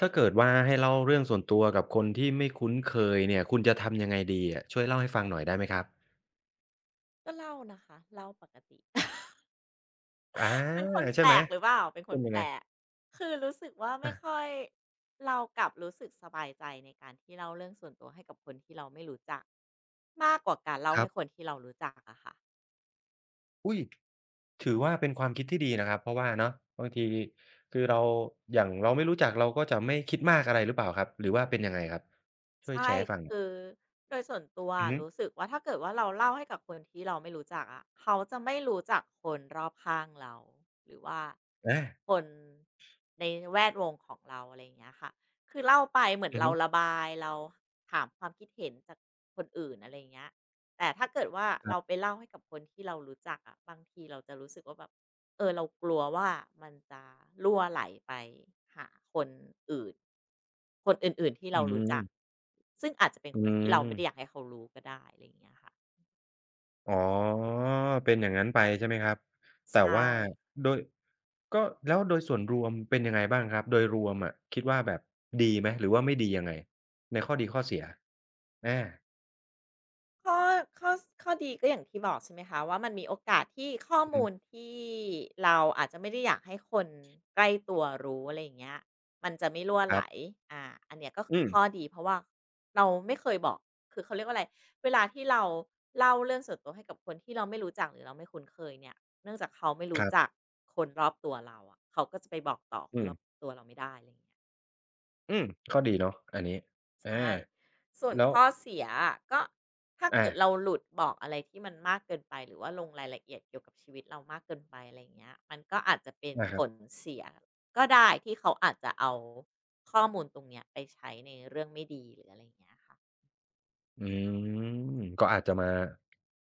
ถ้าเกิดว่าให้เล่าเรื่องส่วนตัวกับคนที่ไม่คุ้นเคยเนี่ยคุณจะทำยังไงดีอะช่วยเล่าให้ฟังหน่อยได้ไหมครับก็เล่านะคะเล่าปกติ อาเป็นคนแปใช่ลไหมกหรือเปล่าเป็นคเป็นนยัแปงไงลกคือรู้สึกว่าไม่อาค่อยเรากลับรู้สึกสบายใจในการที่เล่าเรื่องส่วนตัวให้กับคนที่เราไม่รู้จักมากกว่าการเล่าครัให้คนบที่เรารู้จักอะค่ะ อุ๊ยถือว่าเป็นความคิดที่ดีนะครับเพราะว่าเนาะบางทีคือเราอย่างเราไม่รู้จักเราก็จะไม่คิดมากอะไรหรือเปล่าครับหรือว่าเป็นยังไงครับช่วยแชใช่ร์ให้ฟังหน่อยคือโดยส่วนตัวอืออะฮึรู้สึกว่าถ้าเกิดว่าเราเล่าให้กับคนที่เราไม่รู้จักอะเขาจะไม่รู้จักคนรอบข้างเราหรือว่าอาคนในแวดวงของเราอะไรอย่างเงี้ยค่ะคือเล่าไปเหมือนอือเราฮึระบายเราถามความคิดเห็นจากคนอื่นอะไรอย่างเงี้ยแต่ถ้าเกิดว่าครัเราบไปเล่าให้กับคนที่เรารู้จักอะบางทีเราจะรู้สึกว่าแบบ เออเรากลัวว่ามันจะรั่วไหลไปหาคนอื่นคนอื่นๆที่อืเรารู้มจักซึ่งอาจจะเป็นอืคนที่เราไม่ได้อยากม ให้เขารู้ก็ได้อะไรอย่างเงี้ยค่ะอ๋อเป็นอย่างงั้นไปใช่ไหมครับแต่ใช่ ว่าโดยก็แล้วโดยส่วนรวมเป็นยังไงบ้างครับโดยรวมอะคิดว่าแบบดีไหมหรือว่าไม่ดียังไงในข้อดีข้อเสียอาข้อข้อข้อดีก็อย่างที่บอกใช่ไหมคะว่ามันมีโอกาสที่ข้ออือฮึมูลที่เราอาจจะไม่ได้อยากให้คนใกล้ตัวรู้อะไรอย่างเงี้ยมันจะไม่รั่วคไหรัลบอ่าอันเนี้ยก็อืคือมข้อดีเพราะว่าเราไม่เคยบอกคือเขาเรียกว่าอะไรเวลาที่เราเล่าเรื่องส่วนตัวให้กับคนที่เราไม่รู้จักหรือเราไม่คุ้นเคยเนี่ยเนื่องจากเขาไม่ครู้รัจักบคนรอบตัวเราอะเขาก็จะไปบอกต่อคอืนมรอบตัวเราไม่ได้อะไรอย่างเงี้ย อืมข้อดีเนาะอันนี้อใช่าส่วนแล้วข้อเสียอะก็ถ้าอาเกิดเราหลุดบอกอะไรที่มันมากเกินไปหรือว่าลงรายละเอียดเกี่ยวกับชีวิตเรามากเกินไปอะไรอย่างเงี้ยมันก็อาจจะเป็นอาคผรับ ลเสียก็ได้ที่เขาอาจจะเอาข้อมูลตรงเนี้ยไปใช้ในเรื่องไม่ดีหรืออะไรอย่างเงี้ยค่ะอืมก็อาจจะมา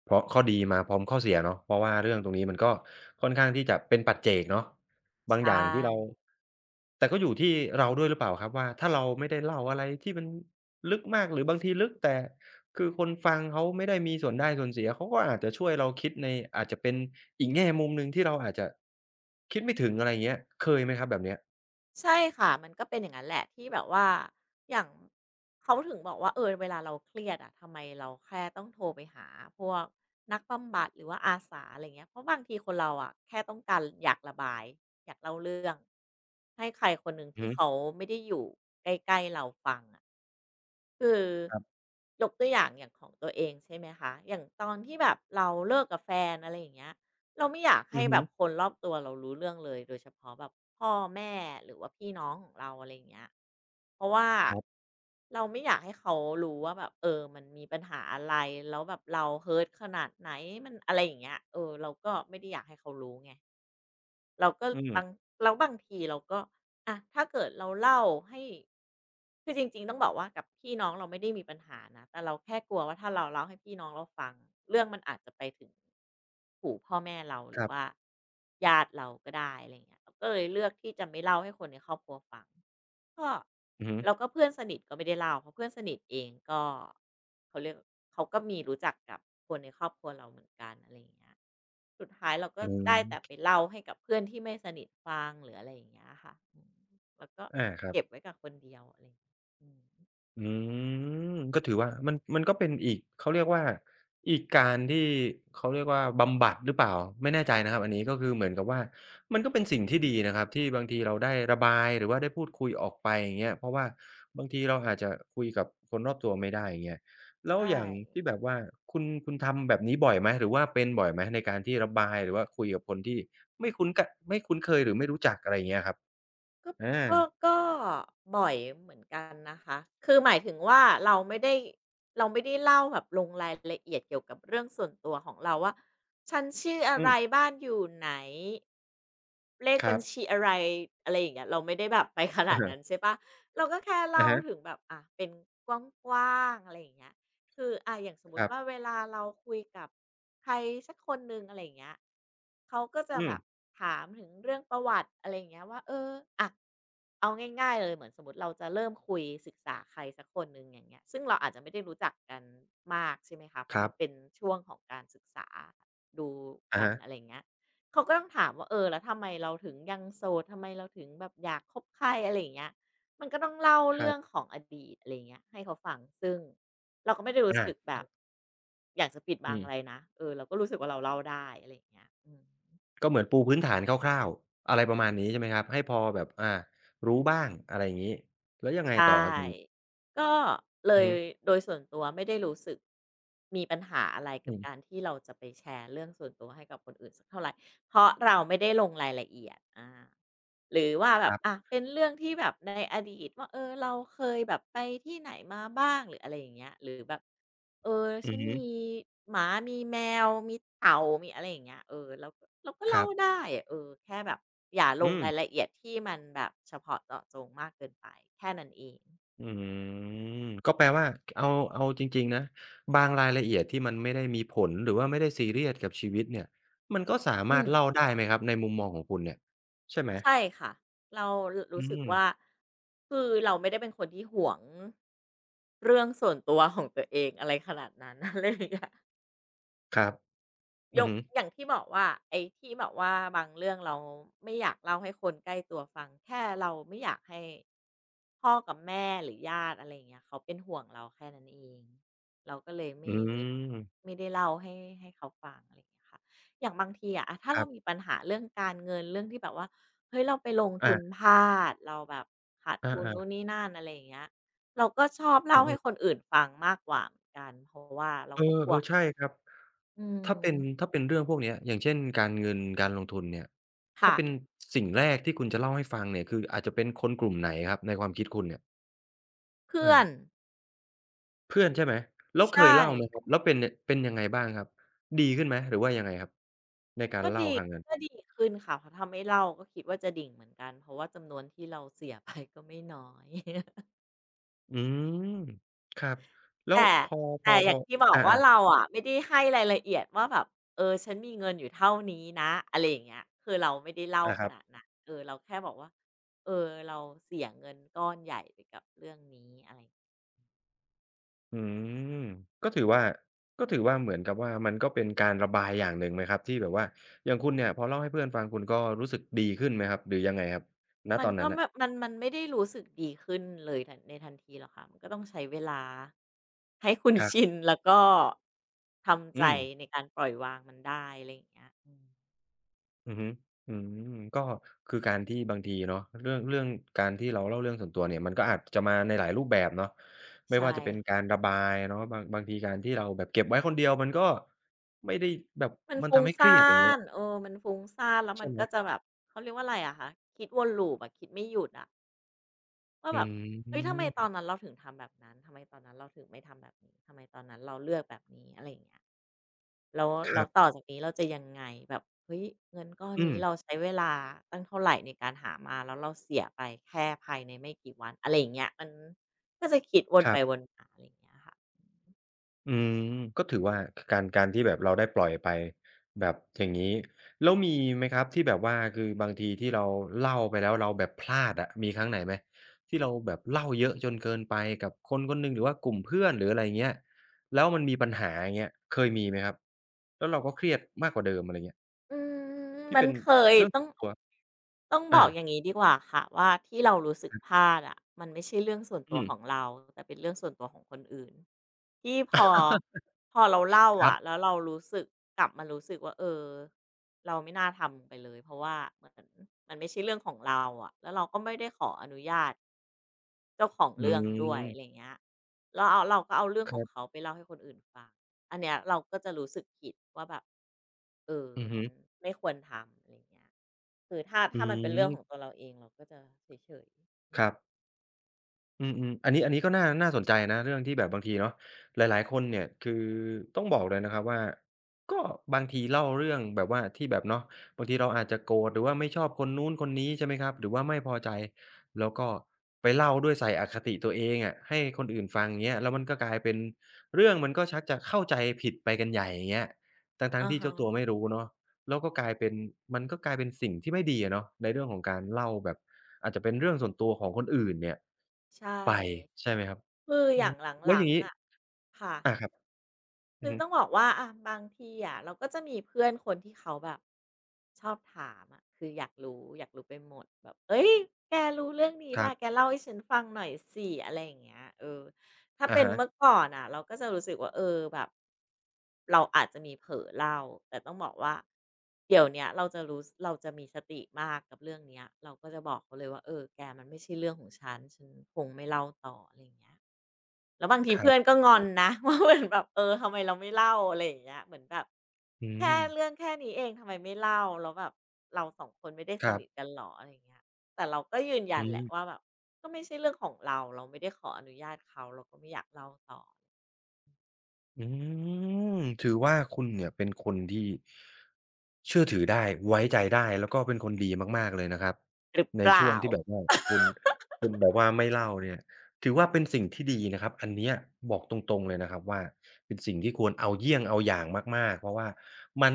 เพราะข้อดีมาพร้อมข้อเสียเนาะเพราะว่าเรื่องตรงนี้มันก็ค่อนข้างที่จะเป็นปัจเจกเนาะบางอใช่ ย่างที่เราแต่ก็อยู่ที่เราด้วยหรือเปล่าครับว่าถ้าเราไม่ได้เล่าอะไรที่มันลึกมากหรือบางทีลึกแต่คือคนฟังเขาไม่ได้มีส่วนได้ส่วนเสียเขาก็อาจจะช่วยเราคิดในอาจจะเป็นอีกแง่มุมหนึ่งที่เราอาจจะคิดไม่ถึงอะไรเงี้ยเคยไหมครับแบบเนี้ยใช่ค่ะมันก็เป็นอย่างนั้นแหละที่แบบว่าอย่างเขาถึงบอกว่าเออเวลาเราเครียดอะทำไมเราแค่ต้องโทรไปหาพวกนักบำบัดหรือว่าอาสาอะไรเงี้ยเพราะบางทีคนเราอะแค่ต้องการอยากระบายอยากเล่าเรื่องให้ใครคนหนึ่งอือที่ฮึเขาไม่ได้อยู่ใกล้ๆเราฟังอะคือครับยกตัวอย่างอย่างของตัวเองใช่ไหมคะอย่างตอนที่แบบเราเลิกกับแฟนอะไรอย่างเงี้ย เราไม่อยากให้อือแบฮึบคนรอบตัวเรารู้เรื่องเลยโดยเฉพาะแบบพ่อแม่หรือว่าพี่น้องของเราอะไรอย่างเงี้ยเพราะว่าครับเราไม่อยากให้เขารู้ว่าแบบเออมันมีปัญหาอะไรแล้วแบบเราเฮิร์ตขนาดไหนมันอะไรอย่างเงี้ยเออเราก็ไม่ได้อยากให้เขารู้ไง เราก็อืบางมแล้วบางทีเราก็อะถ้าเกิดเราเล่าให้คือจริงๆต้องบอกว่ากับพี่น้องเราไม่ได้มีปัญหานะแต่เราแค่กลัวว่าถ้าเราเล่าให้พี่น้องเราฟังเรื่องมันอาจจะไปถึงหูพ่อแม่เราหครือรัว่าบญาติเราก็ได้อะไรอเงี้ยเราก็เลยเลือกที่จะไม่เล่าให้คนในครอบครัวฟังก็อือฮึเราก็เพื่อนสนิทก็ไม่ได้เล่าเพราะเพื่อนสนิทเองก็เขาเรียกเขาก็มีรู้จักกับคนในครอบครัวเราเหมือนกันอะไรอย่างเงี้ย สุดท้ายเราก็อืมได้แต่ไปเล่าให้กับเพื่อนที่ไม่สนิทฟังหรืออะไรอย่างเงี้ยค่ะอืมแล้วก็อาครับ เก็บไว้กับคนเดียวอะไรอย่างเงี้ยอืมอืมก็ถือว่ามันก็เป็นอีกเขาเรียกว่าอีกการที่เขาเรียกว่าบำบัดหรือเปล่าไม่แน่ใจนะครับอันนี้ก็คือเหมือนกับว่ามันก็เป็นสิ่งที่ดีนะครับที่บางทีเราได้ระบายหรือว่าได้พูดคุยออกไปอย่างเงี้ยเพราะว่าบางทีเราอาจจะคุยกับคนรอบตัวไม่ได้อย่างเงี้ยแล้วใช่อย่างที่แบบว่าคุณทำแบบนี้บ่อยไหมหรือว่าเป็นบ่อยไหมในการที่ระบายหรือว่าคุยกับคนที่ไม่คุ้นกะไม่คุ้นเคยหรือไม่รู้จักอะไรอย่างเงี้ยครับก็อาก็ก็บ่อยเหมือนกันนะคะคือหมายถึงว่าเราไม่ได้เราไม่ได้เล่าแบบลงรายละเอียดเกี่ยวกับเรื่องส่วนตัวของเราว่าฉันชื่ออะอืไรมบ้านอยู่ไหน เลขคบัรัญบชีอะไรอะไรอย่างเงี้ยเราไม่ได้แบบไปขอะนาดฮะนั้นใช่เปล่าเราก็แค่อะเล่าฮะถึงแบบอ่าเป็นกว้างๆอะไรอย่างเงี้ยคืออ่าอย่างสมมุครัติว่าเวบลาเราคุยกับใครสักคนหนึ่งอะไรอย่างเงี้ยเขาก็จะอืแบม บถามถึงเรื่องประวัติอะไรอย่างเงี้ยว่าเอออะเอาง่ายๆเลยเหมือนสมมุติเราจะเริ่มคุยศึกษาใครสักคนหนึ่งอย่างเงี้ยซึ่งเราอาจจะไม่ได้รู้จักกันมากใช่ไหมคะเพคราะรัมันเป็นบช่วงของการศึกษาดูอะกันฮะอะไรอย่างเงี้ย เขาก็ต้องถามว่าเออแล้วทำไมเราถึงยังโสดทำไมเราถึงแบบอยากคบใครอะไรอย่างเงี้ยมันก็ต้องเล่าครัเรื่องบของอดีตอะไรอย่างเงี้ยให้เขาฟังซึ่งเราก็ไม่ได้รู้อาสึกแบบอยากจะปิดบัอืงมอะไรนะเออเราก็รู้สึกว่าเราเล่าได้อะไรอย่างเงี้ยอืม ก็เหมือนปูพื้นฐานคร่าวๆอะไรประมาณนี้ใช่ไหมครับให้พอแบบรู้บ้างอะไรอย่างงี้แล้วยังไงใชต่อครับที่ นี้ก็เลอือยฮึโดยส่วนตัวไม่ได้รู้สึกมีปัญหาอะไรกัอืบการมที่เราจะไปแชร์เรื่องส่วนตัวให้กับคนอื่นสักเท่าไหรเพราะเราไม่ได้ลงรายละเอียดอาหรือว่าคแบบรัอะบเป็นเรื่องที่แบบในอดีตว่าเออเราเคยแบบไปที่ไหนมาบ้างหรืออะไรอย่างเงี้ยหรือแบบ เอออืฉัอนฮึมีหมา มีแมว มีเต่ามีอะไรอย่างเงี้ยเออเราก็คเล่ารับได้เออแค่แบบอย่าลอืงมรายละเอียดที่มันแบบเฉพาะเจาะจงมากเกินไปแค่นั้นเองอืมก็แปลว่าเอาเอาจริงๆนะบางรายละเอียดที่มันไม่ได้มีผลหรือว่าไม่ได้ซีเรียสกับชีวิตเนี่ยมันก็สาอืมารถมเล่าได้ไหมครับในมุมมองของคุณเนี่ยใช่ไหมใช่ค่ะเรารอืรู้สึกมว่าคือเราไม่ได้เป็นคนที่หวงเรื่องส่วนตัวของตัวเองอะไรขนาดนั้น อะไรอย่างเงี้ย ครับยอือกฮึอย่างที่บอกว่าไอ้ที่แบบว่าบางเรื่องเราไม่อยากเล่าให้คนใกล้ตัวฟังแค่เราไม่อยากให้พ่อกับแม่หรือญาติอะไรอย่างเงี้ยเขาเป็นห่วงเราแค่นั้นเองเราก็เลยอืไม่มไม่ได้เล่าให้ให้เขาฟังอะไรอย่างเงี้ยค่ะอย่างบางทีอะถ้าคเรารัมีบปัญหาเรื่องการเงินเรื่องที่แบบว่าเฮ้ยเราไปลงทุนอาพลาดเราแบบขาดอทุนนู่นานี่นั่นอะไรอย่างเงี้ยเราก็ชอบๆอืเล่าให้คอ นอื่นฟังมากกว่าเหมือนกันเพราะว่าเราเออก็กลัเอวอใช่ครับอืถ้าเป็นมถ้าเป็นเรื่องพวกเนี้ยอย่างเช่นการเงินการลงทุนเนี่ยถ้าค่ะ เป็นสิ่งแรกที่คุณจะเล่าให้ฟังเนี่ยคืออาจจะเป็นคนกลุ่มไหนครับในความคิดคุณเนี่ยเอเพื่ออนเพื่อนใช่ไหมแล้วเคใช่ยเล่าไหมครับแล้วเป็นเนี่ยเป็นยังไงบ้างครับดีขึ้นไหมหรือว่ายังไงครับในการก็เล่าดีครั้งนั้นก็ดีขึ้นค่ะเพราะถ้าไม่เล่าก็คิดว่าจะดิ่งเหมือนกันเพราะว่าจำนวนที่เราเสียไปก็ไม่น้อย อืมครับแล้วแต่พอพอแต่อพอย่างที่บอกอาว่าเราอะไม่ได้ให้รายละเอียดว่าแบบเออฉันมีเงินอยู่เท่านี้นะอะไรอย่างเงี้ยคือเราไม่ได้เล่าๆอาคขรับ นาดนั้นเออเราแค่บอกว่าเออเราเสียเงินก้อนใหญ่ไปกับเรื่องนี้อะไร อืมก็ถือว่าเหมือนกับว่ามันก็เป็นการระบายอย่างหนึ่งไหมครับที่แบบว่าอย่างคุณเนี่ยพอเล่าให้เพื่อนฟังคุณก็รู้สึกดีขึ้นไหมครับหรือยังไงครับณมัตนอนก็นั้นแบบน่ะมันไม่ได้รู้สึกดีขึ้นเลยทันในทันทีหรอกค่ะมันก็ต้องใช้เวลาให้คุณครัชิบน แล้วก็ทำใจอืมในการปล่อยวางมันได้อะไรอย่างเงี้ยอืมอือฮึอืมก็คือการที่บางทีเนาะเรื่องการที่เราเล่าเรื่องส่วนตัวเนี่ยมันก็อาจจะมาในหลายรูปแบบเนาะไม่ว่าใช่จะเป็นค่การะระบายเนาะบางทีการที่เราแบบเก็บไว้คนเดียวมันก็ไม่ได้แบบมันมันฟุ้งทำให้เครียซ่าดอย่างเงี้ยนเออมันฟุ้งซ่านแล้วมัใช่นไหก็มจะแบบเขาเรียกว่าอะไรอะคะคิดวนลูปอะคิดไม่หยุดอะว่าอืแบบเฮ้ยทำไมตอมนนั้นเราถึงทำแบบนั้นทำไมตอนนั้นเราถึงไม่ทำแบบนี้ทำไมตอนนั้นเราเลือกแบบนี้อะไรอย่างเงี้ย แล้วคแล้รัวต่อบจากนี้เราจะยังไงแบบเฮ้ยเงินก้อนอืมนี้เราใช้เวลาตั้งเท่าไรในการหามาแล้วเราเสียไปแค่ภายในไม่กี่วันอะไรอย่างเงี้ยมันก็จะคิดวนคไปรัวบ นมาอะไรอย่างเงี้ยค่ะอืมก็ถือว่าการที่แบบเราได้ปล่อยไปแบบอย่างงี้แล้วมีไหมครับที่แบบว่าคือบางทีที่เราเล่าไปแล้วเราแบบพลาดอะมีครั้งไหนไหมที่เราแบบเล่าเยอะจนเกินไปกับคนคนหนึ่งหรือว่ากลุ่มเพื่อนหรืออะไรอย่างเงี้ยแล้วมันมีปัญหาอย่างเงี้ยเคยมีไหมครับแล้วเราก็เครียดมากกว่าเดิมอะไรเงี้ยอืมที่มันเป็นเคยเรื่องต้อส่ง วนตัวต้องบอาอกอย่างนี้ดีกว่าค่ะว่าที่เรารู้สึกพลาดอะะมันไม่ใช่เรื่องส่วนตัอืวม ของเราแต่เป็นเรื่องส่วนตัวของคนอื่นที่พอ พอเราเล่าครัอะะบแล้วเรารู้สึกกลับมารู้สึกว่าเออเราไม่น่าทำไปเลยเพราะว่าเหมือนมันไม่ใช่เรื่องของเราอะะแล้วเราก็ไม่ได้ขออนุญาตเจ้าของอืเรื่องด้วยอะไรมเงี้ยแล้วเอาเราก็เอาเรื่องคของรัเขาบไปเล่าให้คนอื่นฟังอันเนี้ยเราก็จะรู้สึกผิดว่าแบบเอออือฮึมันไม่ควรทำอะไรเงี้ย คือถ้าอืถ้ามันเป็นเรื่องของตัวมเราเองเราก็จะเฉยๆอืคมรับ อืมอมอันนี้ก็น่าสนใจนะเรื่องที่แบบบางทีเนาะหลายๆคนเนี่ยคือต้องบอกเลยนะครับว่าก็บางทีเล่าเรื่องแบบว่าที่แบบเนาะบางทีเราอาจจะโกรธหรือว่าไม่ชอบคนนู้นคนนี้ใช่ไหมครับหรือว่าไม่พอใจแล้วก็ไปเล่าด้วยใส่อคติตัวเองอะให้คนอื่นฟังงเงี้ยแล้วมันก็กลายเป็นเรื่องมันก็ชักจะเข้าใจผิดไปกันใหญ่อย่างเงี้ยทั้งอะๆที่ฮะเจ้าตัวไม่รู้เนาะ แล้วก็กลายเป็นมันก็กลายเป็นสิ่งที่ไม่ดีอะเนาะในเรื่องของการเล่าแบบอาจจะเป็นเรื่องส่วนตัวของคนอื่นเนี่ยใช่ไปใช่ไหมครับคือออืย่ามงหแล้วอลัย่างงงี้ๆอะค่ะ อาครับอืคืออฮึต้องบอกว่าอะบางทีอะเราก็จะมีเพื่อนคนที่เขาแบบชอบถามอะคืออยากรู้ไปหมดแบบเฮ้ยแกรู้เรื่องนี้ครัมาแกบเล่าให้ฉันฟังหน่อยสิอะไรอย่างเงี้ยเออถ้าอะเป็นฮะเมื่อก่อนน่ะเราก็จะรู้สึกว่าเออแบบเราอาจจะมีเผลอเล่าแต่ต้องบอกว่าเดี๋ยวเนี้ยเราจะมีสติมากกับเรื่องเนี้ยเราก็จะบอกเขาเลยว่าเออแกมันไม่ใช่เรื่องของฉันคงไม่เล่าต่ออะไรอย่างเงี้ย แล้วบางทีครัเพื่บอนก็งโออนนะ ว่าเหมือนแบบเออทำไมเราไม่เล่าอะไรอย่างเงี้ยเหมือนแบบอืมแค่เรื่องแค่นี้เองทำไมไม่เล่าแล้วแบบเราสองคนไม่ได้คสรันิทบกันหรออะไรอย่างเงี้ยแต่เราก็ยืนยัอืนแหละม ว่าแบบก็ไม่ใช่เรื่องของเราเราไม่ได้ขออนุญาตเขาเราก็ไม่อยากเล่าต่ออืมถือว่าคุณเนี่ยเป็นคนที่เชื่อถือได้ไว้ใจได้แล้วก็เป็นคนดีมากๆเลยนะครับหรือในเปช่วล่างที่แบบว่าคุณคุณแบบว่าไม่เล่าเนี่ยถือว่าเป็นสิ่งที่ดีนะครับอันเนี้ยบอกตรงๆเลยนะครับว่าเป็นสิ่งที่ควรเอาเยี่ยงเอาอย่างมากๆเพราะว่ามัน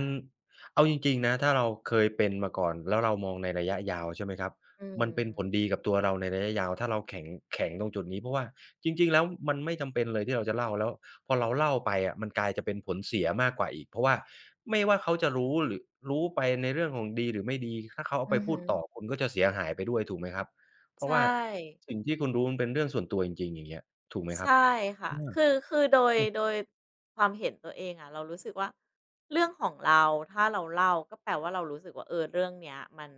เอาจริงๆนะถ้าเราเคยเป็นมาก่อนแล้วเรามองในระยะยาวใช่ไหมครับอืมันเป็นผลมดีกับตัวเราในระยะยาวถ้าเราแข็งแข็งตรงจุดนี้เพราะว่าจริงๆแล้วมันไม่จำเป็นเลยที่เราจะเล่าแล้ว พอเราเล่าไปอะมันกลายจะเป็นผลเสียมากกว่าอีกเพราะว่าไม่ว่าเขาจะรู้หรือรู้ไปในเรื่องของดีหรือไม่ดีถ้าเขาเอาอืไปอพูหืดอต่อคุณก็จะเสียหายไปด้วยถูกไหมครับเพราะใช่ ว่าสิ่งที่คุณรู้มันเป็นเรื่องส่วนตัวจริงๆอย่างเงี้ยถูกไหมครับใช่ค่ะน่คือคือโดยอืมโดยความเห็นตัวเองอะเรารู้สึกว่าเรื่องของเราถ้าเราเล่าก็แปลว่าเรารู้สึกว่าเออเรื่องเนี้ยมัน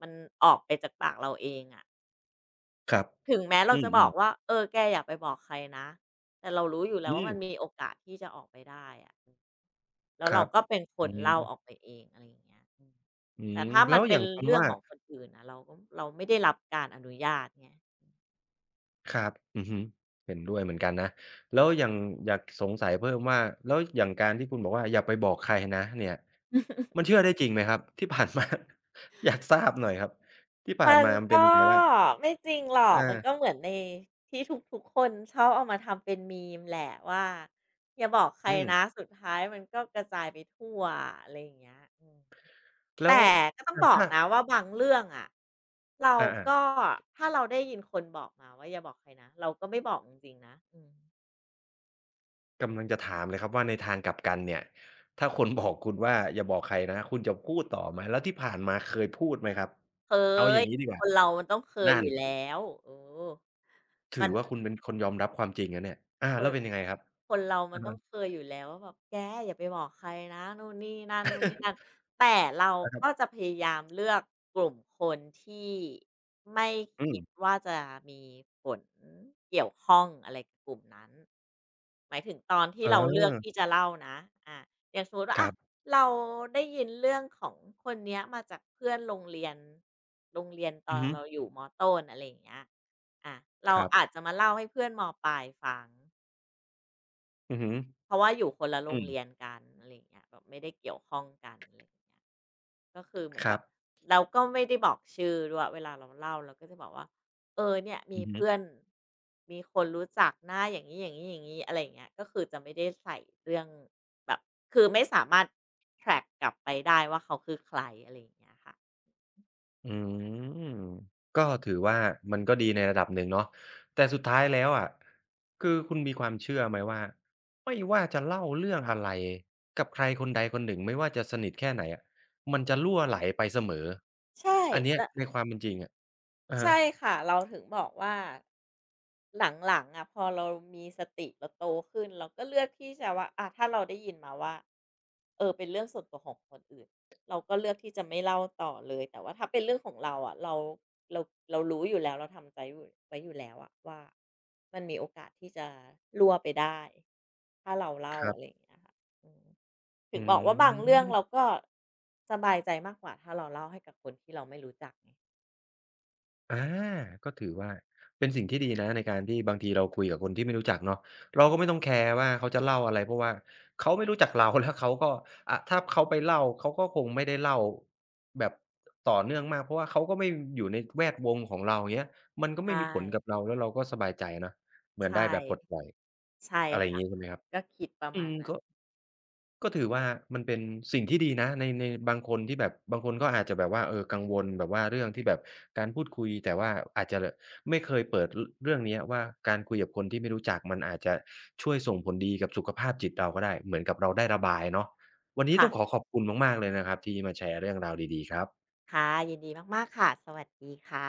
มันออกไปจากปากเราเองอะครับถึงแม้เราอืจะบอมกๆว่าเออแกอย่าไปบอกใครนะแต่เรารู้อยู่แล้วอืว่ามมันมีโอกาสที่จะออกไปได้อะอืมแล้วคเรารับก็เป็นคอืนเล่าออกมไปเองอะไรอย่างเงี้ยอืมอืแต่มถ้าแล้มันวอเป็นย่างคำเรื่องว่า ของคนอื่นอะเราไม่ได้รับการอนุญาตไง ครับอือฮึเห็นด้วยเหมือนกันนะแล้วอย่างอยากสงสัยเพิ่มว่าแล้วอย่างการที่คุณบอกว่าอย่าไปบอกใครนะเนี่ยมันเชื่อได้จริงไหมครับที่ผ่านมา อยากทราบหน่อยครับที่ผ่านมันมามันเป็นก็ยังไงบ้างไม่จริงหรออก มันาก็เหมือนในที่ทุกๆคนชอบเอามาทำเป็นมีมแหละว่าอย่าบอกใครอืมนะสุดท้ายมันก็กระจายไปทั่วอะไรอย่างเงี้ยอืมแล้วแต่ก็ต้องอาบอกถ้านะว่าบางเรื่องอะเราอาๆก็ถ้าเราได้ยินคนบอกมาว่าอย่าบอกใครนะเราก็ไม่บอกจริงๆนะอืมกำลังจะถามเลยครับว่าในทางกลับกันเนี่ยถ้าคนบอกคุณว่าอย่าบอกใครนะคุณจะพูดต่อไหมแล้วที่ผ่านมาเคยพูดไหมครับเคเอาอยย่างงี้ดีกคว่านเรามันต้องเคยนั่อนยู่แล้วเออถืมัอนว่าคุณเป็นคนยอมรับความจริงนะเนี่ยอาเค แล้วเป็นยังไงครับคนเรามัอะนต้อฮะงเคยอยู่แล้วว่าแบบแกอย่าไปบอกใครนะนู่นนี่นั่นอะนู่นฮะ นี่นั่น แต่เราก็จะพยายามเลือกกลุ่มคนที่ไม่อืคิดมว่าจะมีผลเกี่ยวข้องอะไรกับกลุ่มนั้นหมายถึงตอนที่เออเราเลือกที่จะเล่านะอ่ะอย่างสมมติว่าคอะรับเราได้ยินเรื่องของคนเนี้ยมาจากเพื่อนโรงเรียนโรงเรียนตอืออนฮึเราอยู่มอต้นอะไรอย่างเงี้ยอ่ะเราครับอาจจะมาเล่าให้เพื่อนมอปลายฟัง อือฮึเพราะว่าอยู่คนละโรอืงมเรียนกันอะไรอย่างเงี้ยแบบไม่ได้เกี่ยวข้องกันอะไรอย่างเงี้ยก็คือเหมือคนแบรับบเราก็ไม่ได้บอกชื่อด้วยเวลาเราเล่าเราก็จะบอกว่าเออเนี่ยมีอือฮึเพื่อนมีคนรู้จักหนาอย่างนี้อย่างนี้ๆๆอะไรอย่างเงี้ยก็คือจะไม่ได้ใส่เรื่องแบบคือไม่สามารถแทร็กกลับไปได้ว่าเขาคือใครอะไรอย่างเงี้ยค่ะอืมก็ถือว่ามันก็ดีในระดับหนึ่งเนาะแต่สุดท้ายแล้วอะคือคุณมีความเชื่อไหมว่า ไม่ว่าจะเล่าเรื่องอะไรกับใครคนใดคนหนึ่งไม่ว่าจะสนิทแค่ไหนอะมันจะรั่วไหลไปเสมอ ใช่อันเนี้ยแล้ว ในความเป็นจริงอะอะฮะใช่ค่ะเราถึงบอกว่าหลังๆอะพอเรามีสติเราโตขึ้นเราก็เลือกที่จะว่าอะถ้าเราได้ยินมาว่าเออเป็นเรื่องส่วนตัวของคนอื่นเราก็เลือกที่จะไม่เล่าต่อเลยแต่ว่าถ้าเป็นเรื่องของเราอะเราเรารู้อยู่แล้วเราทำใจไว้อยู่แล้วอะว่ามันมีโอกาสที่จะรั่วไปได้ถ้าเราเล่าครัอะไรอบย่างเงี้ยค่ะอืมถึอืงบอกว่าบางเรื่องเราม ก็สบายใจมากกว่าถ้าเราเล่าให้กับคนที่เราไม่รู้จักไงอาก็ถือว่าเป็นสิ่งที่ดีนะในการที่บางทีเราคุยกับคนที่ไม่รู้จักเนาะเราอืก็ไม่มต้องแคร์ว่าเขาจะเล่าอะไรเพราะว่าเขาไม่รู้จักเราแล้วเขาก็อะถ้าเขาไปเล่าเขาก็คงไม่ได้เล่าแบบต่อเนื่องมากเพราะว่าเขาก็ไม่อยู่ในแวดวงของเราอย่างเงี้ยมันก็ไม่ใช่ มีผลกับเราแล้วเราก็สบายใจนะเหมือนได้ใช่แบบปลดปล่อยใช่อะไรอย่างค่ะงี้ใช่ไหมครับก็คิดประอืมามณนั้ก็ นก็ถือว่ามันเป็นสิ่งที่ดีนะในในบางคนที่แบบบางคนก็อาจจะแบบว่าเออกังวลแบบว่าเรื่องที่แบบการพูดคุยแต่ว่าอาจจะลไม่เคยเปิดรเรื่องเนี้ยว่าการคุยกับคนที่ไม่รู้จักมันอาจจะช่วยส่งผลดีกับสุขภาพจิตเราก็ได้เหมือนกับเราได้ระบายเนาะวันนี้ค่ะต้องขอขอบคุณมากๆเลยนะครับที่มาแชร์เรื่องราวดีๆครับค่ะยินดีมากๆค่ะสวัสดีค่ะ